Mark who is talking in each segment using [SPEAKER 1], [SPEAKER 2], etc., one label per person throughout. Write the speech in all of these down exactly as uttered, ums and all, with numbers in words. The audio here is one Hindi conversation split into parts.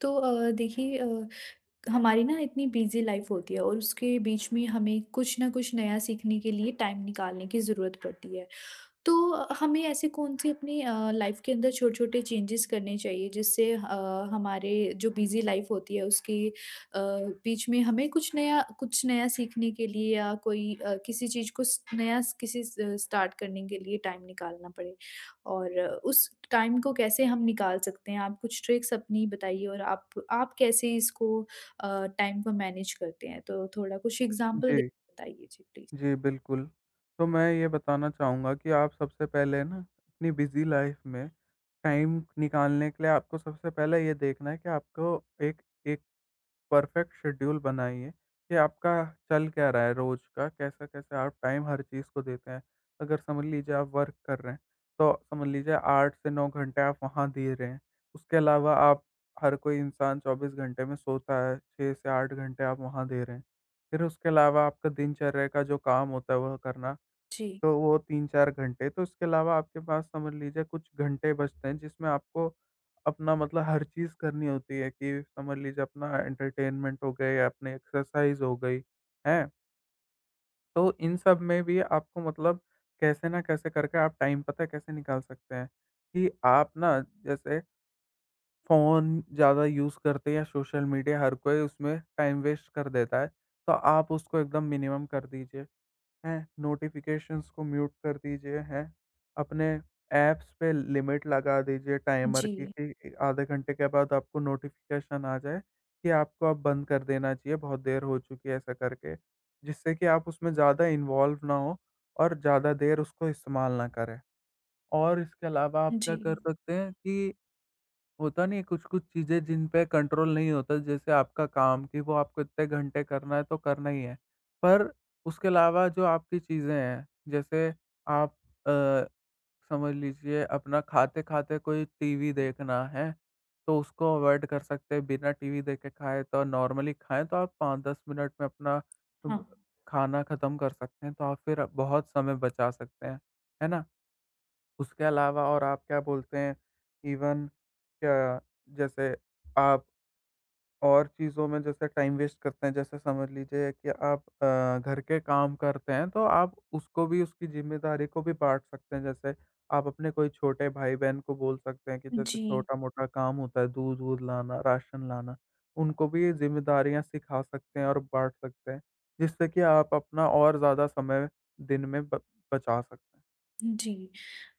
[SPEAKER 1] तो अ, देखिए अ, हमारी ना इतनी बिजी लाइफ होती है और उसके बीच में हमें कुछ ना कुछ नया सीखने के लिए टाइम निकालने की ज़रूरत पड़ती है। तो हमें ऐसे कौन-सी अपनी अ, लाइफ़ के अंदर छोटे-छोटे चेंजेस करने चाहिए जिससे अ, हमारे जो बिज़ी लाइफ़ होती है उसके अ, बीच में हमें कुछ नया कुछ नया सीखने के लिए या कोई अ, किसी चीज़ को स नया स किसी स स्टार्ट करने के लिए टाइम निकालना पड़े। और अ, उस टाइम को कैसे हम निकाल सकते हैं? आप कुछ ट्रिक्स अपनी बताइए और आप आप कैसे इसको अ, टाइम को मैनेज करते हैं? तो थोड़ा कुछ एग्ज़ाम्पल
[SPEAKER 2] जी,
[SPEAKER 1] देके बताइए जी, प्लीज़।
[SPEAKER 2] जी, बिल्कुल। तो मैं ये बताना चाहूँगा कि आप सबसे पहले ना अपनी बिज़ी लाइफ़ में टाइम निकालने के लिए, आपको सबसे पहले ये देखना है कि आपको एक एक परफेक्ट शेड्यूल बनाइए कि आपका चल क्या रहा है रोज़ का, कैसा-कैसा आप टाइम हर चीज़ को देते हैं। अगर समझ लीजिए आप वर्क कर रहे हैं, तो समझ लीजिए आठ से नौ घंटे आप वहाँ दे रहे हैं। उसके अलावा आप, हर कोई इंसान चौबीस घंटे में सोता है, छह से आठ घंटे आप वहाँ दे रहे हैं। फिर उसके अलावा आपका दिनचर्या का जो काम होता है वह करना।
[SPEAKER 1] जी,
[SPEAKER 2] तो वो तीन चार घंटे, तो उसके अलावा आपके पास समझ लीजिए कुछ घंटे बचते हैं, जिसमें आपको अपना मतलब हर चीज़ करनी होती है, कि समझ लीजिए अपना एंटरटेनमेंट हो गए, अपनी एक्सरसाइज़ हो गई, हैं? तो इन सब में भी आपको मतलब कैसे ना कैसे करके आप टाइम, पता है, कैसे निकाल सकते हैं? कि आप ना, जैसे फ़ोन ज़्यादा यूज़ करते हैं या सोशल मीडिया, हर कोई उसमें टाइम वेस्ट कर देता है, तो आप उसको एकदम मिनिमम कर दीजिए। हैं, नोटिफ़िकेशंस को म्यूट कर दीजिए, हैं। अपने ऐप्स पे लिमिट लगा दीजिए टाइमर की,
[SPEAKER 1] जी,
[SPEAKER 2] कि आधे घंटे के बाद आपको नोटिफ़िकेशन आ जाए कि आपको अब बंद कर देना चाहिए, बहुत देर हो चुकी है, ऐसा करके। जिससे कि आप उसमें ज़्यादा इन्वॉल्व ना हों और ज़्यादा देर उसको इस्तेमाल ना करें। और इसके अलावा आप
[SPEAKER 1] जी,
[SPEAKER 2] क्या कर सकते हैं कि होता नहीं है, कुछ-कुछ चीज़ें जिन पे कंट्रोल नहीं होता, जैसे आपका काम, कि वो आपको इतने घंटे करना है तो करना ही है। पर उसके अलावा जो आपकी चीज़ें हैं, जैसे आप, अ, समझ लीजिए अपना खाते-खाते कोई टीवी देखना है, तो उसको अवॉइड कर सकते हैं। बिना टीवी देखे खाएँ, तो नॉर्मली खाएँ तो आप पाँच दस मिनट में अपना
[SPEAKER 1] हाँ।
[SPEAKER 2] ब खाना खत्म कर सकते हैं, तो आप फिर बहुत समय बचा सकते हैं। है ना? उसके अलावा, और आप क्या बोलते हैं, इवन क्या, जैसे आप और चीज़ों में जैसे टाइम वेस्ट करते हैं, जैसे समझ लीजिए कि आप, अ, घर के काम करते हैं, तो आप उसको भी, उसकी ज़िम्मेदारी को भी बाँट सकते हैं। जैसे आप अपने कोई छोटे भाई-बहन को बोल सकते हैं कि जैसे
[SPEAKER 1] जी,
[SPEAKER 2] छोटा-मोटा काम होता है, दूध-वूध लाना, राशन लाना, उनको भी ये ज़िम्मेदारियाँ सिखा सकते हैं और बाँट सकते हैं, जिससे कि आप अपना और ज़्यादा समय दिन में ब बचा सकते हैं।
[SPEAKER 1] जी।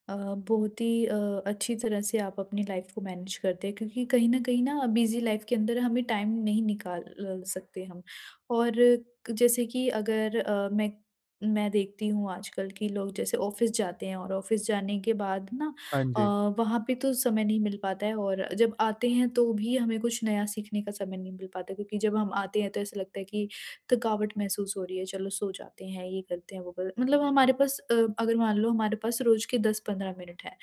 [SPEAKER 1] अ, बहुत ही अ, अच्छी तरह से आप अपनी लाइफ़ को मैनेज करते हैं क्योंकि कहीं न कहीं ना बिज़ी लाइफ़ के अंदर हमें टाइम नहीं निकाल अ, सकते हम। और क- जैसे कि अगर अ, मैं मैं देखती हूँ आजकल कि लोग जैसे ऑफ़िस जाते हैं और ऑफ़िस जाने के बाद ना
[SPEAKER 2] हाँ
[SPEAKER 1] अ,
[SPEAKER 2] जी।
[SPEAKER 1] वहाँ पे तो समय नहीं मिल पाता है और जब आते हैं तो भी हमें कुछ नया सीखने का समय नहीं मिल पाता क्योंकि जब हम आते हैं तो ऐसा लगता है कि थकावट महसूस हो रही है, चलो सो जाते हैं, ये करते हैं, वो कर मतलब हमारे पास अ, अगर मान लो हमारे पास रोज़ के दस से पंद्रह मिनट हैं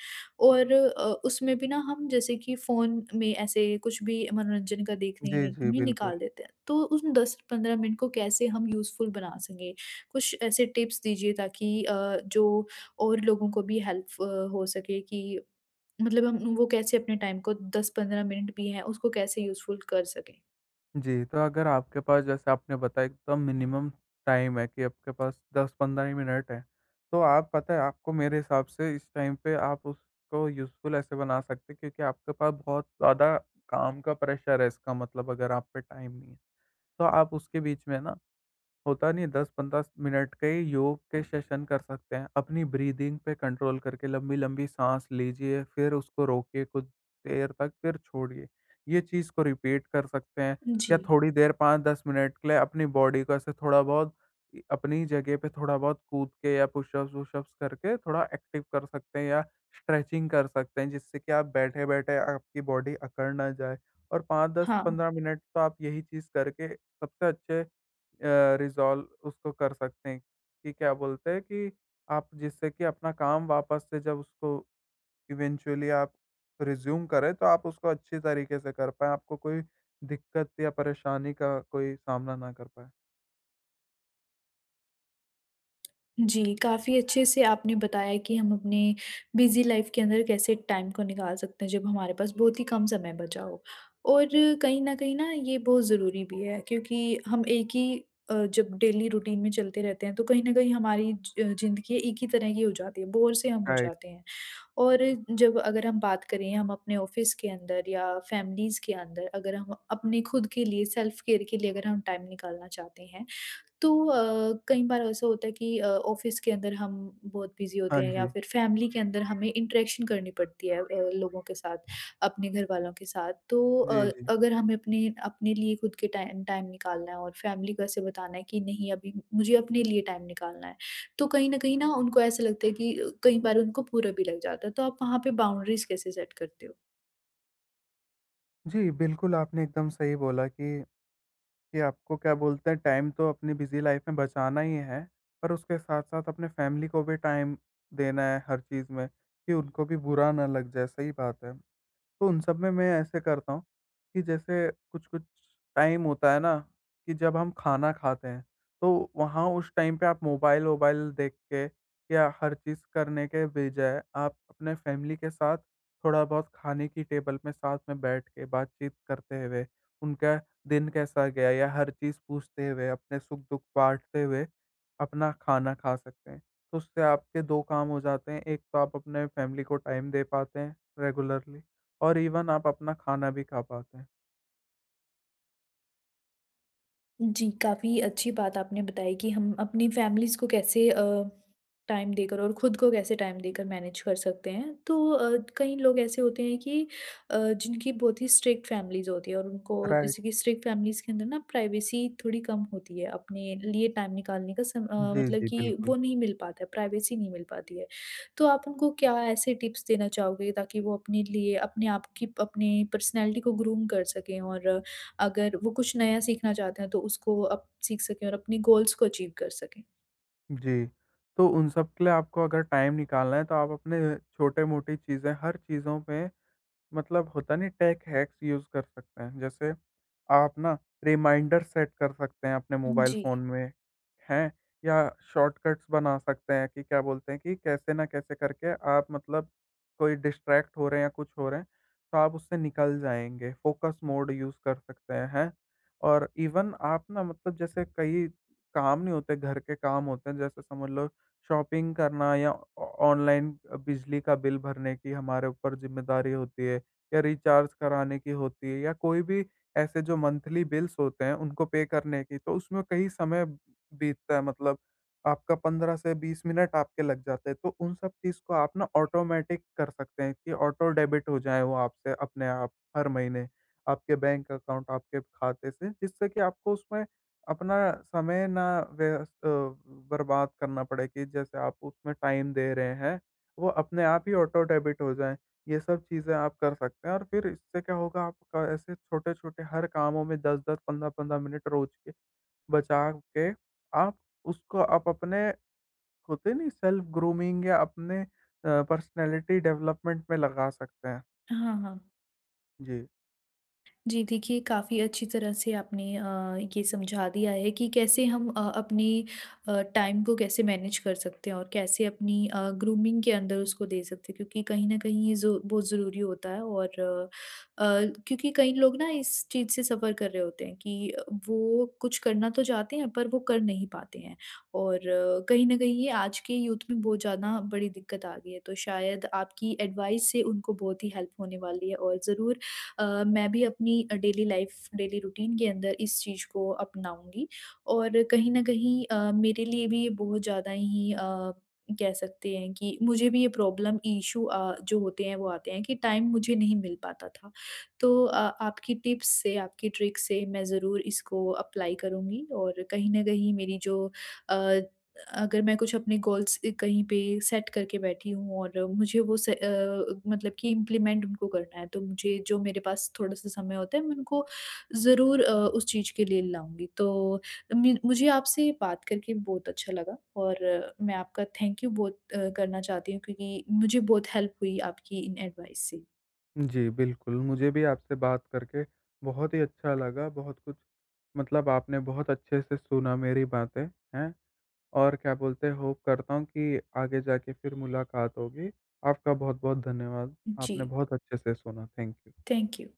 [SPEAKER 1] और अ, उसमें भी ना हम जैसे कि फ़ोन में ऐसे कुछ भी मनोरंजन का देखने
[SPEAKER 2] जी,
[SPEAKER 1] में
[SPEAKER 2] जी,
[SPEAKER 1] में निकाल
[SPEAKER 2] बिल्कुल।
[SPEAKER 1] देते हैं। तो उन दस से पंद्रह मिनट को कैसे हम यूज़फुल बना सकें? कुछ ऐसे टिप्स दीजिए ताकि अ, जो और लोगों को भी हेल्प अ, हो सके कि मतलब हम वो कैसे अपने टाइम को दस से पंद्रह मिनट भी हैं, उसको कैसे यूज़फुल कर सकें?
[SPEAKER 2] जी, तो अगर आपके पास, जैसे आपने बताया, एकदम मिनिमम टाइम है, कि आपके पास दस पंद्रह मिनट है, तो आप, पता है, आपको मेरे हिसाब से इस टाइम पे आप उसको यूज़फुल ऐसे बना सकते हैं, क्योंकि आपके पास बहुत ज़्यादा काम का प्रेशर है, इसका मतलब अगर आप पे टाइम नहीं है। तो आप उसके बीच में ना, होता नहीं है, दस पंद्रह मिनट के ही योग के सेशन कर सकते हैं। अपनी ब्रीथिंग पे कंट्रोल करके लंबी-लंबी साँस लीजिए, फिर उसको रोकिए कुछ देर तक, फिर छोड़िए। ये चीज़ को रिपीट कर सकते हैं,
[SPEAKER 1] जी।
[SPEAKER 2] या थोड़ी देर पाँच दस मिनट के लिए अपनी बॉडी को ऐसे थोड़ा बहुत इ अपनी जगह पे थोड़ा बहुत कूद के या पुशअप्स वुशअप्स करके थोड़ा एक्टिव कर सकते हैं, या स्ट्रेचिंग कर सकते हैं, जिससे कि आप बैठे-बैठे आपकी बॉडी अकड़ ना जाए। और
[SPEAKER 1] हाँ।
[SPEAKER 2] पाँच दस-पंद्रह मिनट तो आप यही चीज़ करके सबसे अच्छे अ, रिज़ॉल्व उसको कर सकते हैं, कि क्या बोलते हैं, कि आप, जिससे कि अपना काम वापस से जब उसको इवेंचुअली आप रिज़्यूम करें, तो आप उसको अच्छी तरीके से कर पाएँ, आपको कोई दिक्कत या परेशानी का कोई सामना ना कर पाएँ।
[SPEAKER 1] जी, काफ़ी अच्छे से आपने बताया कि हम अपने बिज़ी लाइफ़ के अंदर कैसे टाइम को निकाल सकते हैं, जब हमारे पास बहुत ही कम समय बचा हो। और कहीं न कहीं ना ये बहुत ज़रूरी भी है क्योंकि हम एक ही अ, जब डेली रूटीन में चलते रहते हैं, तो कहीं न कहीं हमारी ज ज़िंदगी एक ही तरह की हो जाती है, बोर से हम हो
[SPEAKER 2] राइट।
[SPEAKER 1] जाते हैं। और जब अगर हम बात करें हम अपने ऑफ़िस के अंदर या फैमिलीज़ के अंदर अगर हम अपने खुद के लिए सेल्फ़ केयर के लिए अगर हम टाइम निकालना चाहते हैं तो अ, कई बार ऐसा होता है कि अ, ऑफ़िस के अंदर हम बहुत बिज़ी होते
[SPEAKER 2] हाँ
[SPEAKER 1] हैं या
[SPEAKER 2] जी।
[SPEAKER 1] फिर फ़ैमिली के अंदर हमें इंटरेक्शन करनी पड़ती है अ, लोगों के साथ, अपने घर वालों के साथ। तो
[SPEAKER 2] जी,
[SPEAKER 1] अ,
[SPEAKER 2] जी।
[SPEAKER 1] अगर हमें अपने अपने लिए खुद के टाइम टाइम निकालना है और फ़ैमिली को ऐसे बताना है कि नहीं अभी मुझे अपने लिए टाइम निकालना है। तो कहीं न कहीं ना उनको ऐसा लगता है कि अ, कई बार उनको बुरा भी लग जाता है। तो आप वहाँ पे बाउंड्रीज़ कैसे सेट करते हो?
[SPEAKER 2] जी, बिल्कुल, आपने एकदम सही बोला, कि कि आपको, क्या बोलते हैं, टाइम तो अपनी बिज़ी लाइफ़ में बचाना ही है, पर उसके साथ-साथ अपने फैमिली को भी टाइम देना है हर चीज़ में, कि उनको भी बुरा ना लग जाए, सही बात है। तो उन सब में मैं ऐसे करता हूँ, कि जैसे कुछ-कुछ टाइम होता है ना, कि जब हम खाना खाते हैं, तो वहाँ उस टाइम पे आप मोबाइल-वोबाइल देख के या हर चीज़ करने के बजाय आप अपने फैमिली के साथ थोड़ा-बहुत खाने की टेबल में साथ में बैठ के, बातचीत करते हुए, उनका दिन कैसा गया या हर चीज़ पूछते हुए, अपने सुख-दुख बाँटते हुए, अपना खाना खा सकते हैं। तो उससे आपके दो काम हो जाते हैं, एक तो आप अपने फैमिली को टाइम दे पाते हैं रेगुलरली, और इवन आप अपना खाना भी खा पाते हैं।
[SPEAKER 1] जी, काफ़ी अच्छी बात आपने बताई कि हम अपनी फैमिलीज़ को कैसे अ, टाइम देकर और खुद को कैसे टाइम देकर मैनेज कर सकते हैं। तो अ, कई लोग ऐसे होते हैं कि अ, जिनकी बहुत ही स्ट्रिक्ट फैमिलीज़ होती है और उनको
[SPEAKER 2] राइट।
[SPEAKER 1] जैसे कि स्ट्रिक्ट फैमिलीज़ के अंदर ना प्राइवेसी थोड़ी कम होती है, अपने लिए टाइम निकालने का सम अ,
[SPEAKER 2] जी,
[SPEAKER 1] मतलब
[SPEAKER 2] जी,
[SPEAKER 1] कि
[SPEAKER 2] बिल्कुल।
[SPEAKER 1] वो नहीं मिल पाता है, प्राइवेसी नहीं मिल पाती है। तो आप उनको क्या ऐसे टिप्स देना चाहोगे ताकि वो अपने लिए अपने आप की अपनी पर्सनैलिटी को ग्रूम कर सकें और अगर वो कुछ नया सीखना चाहते हैं तो उसको अब सीख सकें और अपनी गोल्स को अचीव कर सकें।
[SPEAKER 2] जी, तो उन सब के लिए आपको अगर टाइम निकालना है, तो आप अपने छोटे-मोटी चीज़ें, हर चीज़ों पे मतलब, होता नहीं, टेक हैक्स यूज़ कर सकते हैं। जैसे आप ना रिमाइंडर सेट कर सकते हैं अपने मोबाइल
[SPEAKER 1] जी।
[SPEAKER 2] फ़ोन में, हैं? या शॉर्टकट्स बना सकते हैं, कि क्या बोलते हैं, कि कैसे ना कैसे करके आप मतलब, कोई डिस्ट्रैक्ट हो रहे हैं या कुछ हो रहे हैं, तो आप उससे निकल जाएँगे। फ़ोकस मोड यूज़ कर सकते हैं, हैं? और इवन आप ना, मतलब जैसे कई काम नहीं होते, घर के काम होते हैं, जैसे समझ लो शॉपिंग करना या ऑ ऑनलाइन बिजली का बिल भरने की हमारे ऊपर ज़िम्मेदारी होती है, या रिचार्ज कराने की होती है, या कोई भी ऐसे जो मंथली बिल्स होते हैं उनको पे करने की, तो उसमें कई समय बीतता है, मतलब आपका पंद्रह से बीस मिनट आपके लग जाते हैं। तो उन सब चीज़ को आप ना ऑटोमैटिक कर सकते हैं, कि ऑटो डेबिट हो जाए वो आपसे अपने आप हर महीने, आपके बैंक अकाउंट, आपके खाते से, जिससे कि आपको उसमें अपना समय ना व्यस अ, बर्बाद करना पड़े, कि जैसे आप उसमें टाइम दे रहे हैं, वो अपने आप ही ऑटो डेबिट हो जाए। ये सब चीज़ें आप कर सकते हैं, और फिर इससे क्या होगा, आपका ऐसे छोटे-छोटे हर कामों में दस दस, पंद्रह पंद्रह मिनट रोज के बचा के, आप उसको, आप अपने, होते नहीं, सेल्फ ग्रूमिंग या अपने अ, पर्सनैलिटी डेवलपमेंट में लगा सकते हैं।
[SPEAKER 1] हाँ, हाँ।
[SPEAKER 2] जी।
[SPEAKER 1] जी देखिए, काफ़ी अच्छी तरह से आपने अ, ये समझा दिया है कि कैसे हम अ, अपने अ, टाइम को कैसे मैनेज कर सकते हैं और कैसे अपनी अ, ग्रूमिंग के अंदर उसको दे सकते हैं क्योंकि कहीं न कहीं ये ज़ो बहुत ज़रूरी होता है और अ, अ, क्योंकि कई लोग ना इस चीज़ से सफ़र कर रहे होते हैं कि अ, वो कुछ करना तो चाहते हैं पर वो कर नहीं पाते हैं और अ, कहीं न कहीं ये आज के यूथ में बहुत ज़्यादा बड़ी दिक्कत आ गई है। तो शायद आपकी एडवाइस से उनको बहुत ही हेल्प होने वाली है और ज़रूर अ, मैं भी अपनी अ, डेली लाइफ डेली रूटीन के अंदर इस चीज़ को अपनाऊँगी और कहीं न कहीं अ, मेरे लिए भी ये बहुत ज़्यादा ही अ, कह सकते हैं कि मुझे भी ये प्रॉब्लम इश्यू अ, जो होते हैं वो आते हैं कि टाइम मुझे नहीं मिल पाता था। तो अ, आपकी टिप्स से, आपकी ट्रिक से मैं ज़रूर इसको अप्लाई करूँगी और कहीं न कहीं मेरी जो अ, अगर मैं कुछ अपने गोल्स अ, कहीं पे सेट करके बैठी हूँ और मुझे वो से अ, मतलब कि इम्प्लीमेंट उनको करना है, तो मुझे जो मेरे पास थोड़ा-सा समय होता है, मैं उनको ज़रूर अ, उस चीज़ के लिए लाऊँगी। तो मि मुझे आपसे बात करके बहुत अच्छा लगा और अ, मैं आपका थैंक यू बहुत अ, करना चाहती हूँ क्योंकि मुझे बहुत हेल्प हुई आपकी इन एडवाइस से।
[SPEAKER 2] जी, बिल्कुल। मुझे भी आपसे बात करके बहुत ही अच्छा लगा। बहुत कुछ, मतलब आपने बहुत अच्छे से सुना मेरी बातें, हैं? और, क्या बोलते हैं, होप करता हूँ कि आगे जाके फिर मुलाकात होगी। आपका बहुत-बहुत धन्यवाद। आपने
[SPEAKER 1] जी,
[SPEAKER 2] बहुत अच्छे से सुना। Thank you.
[SPEAKER 1] Thank you.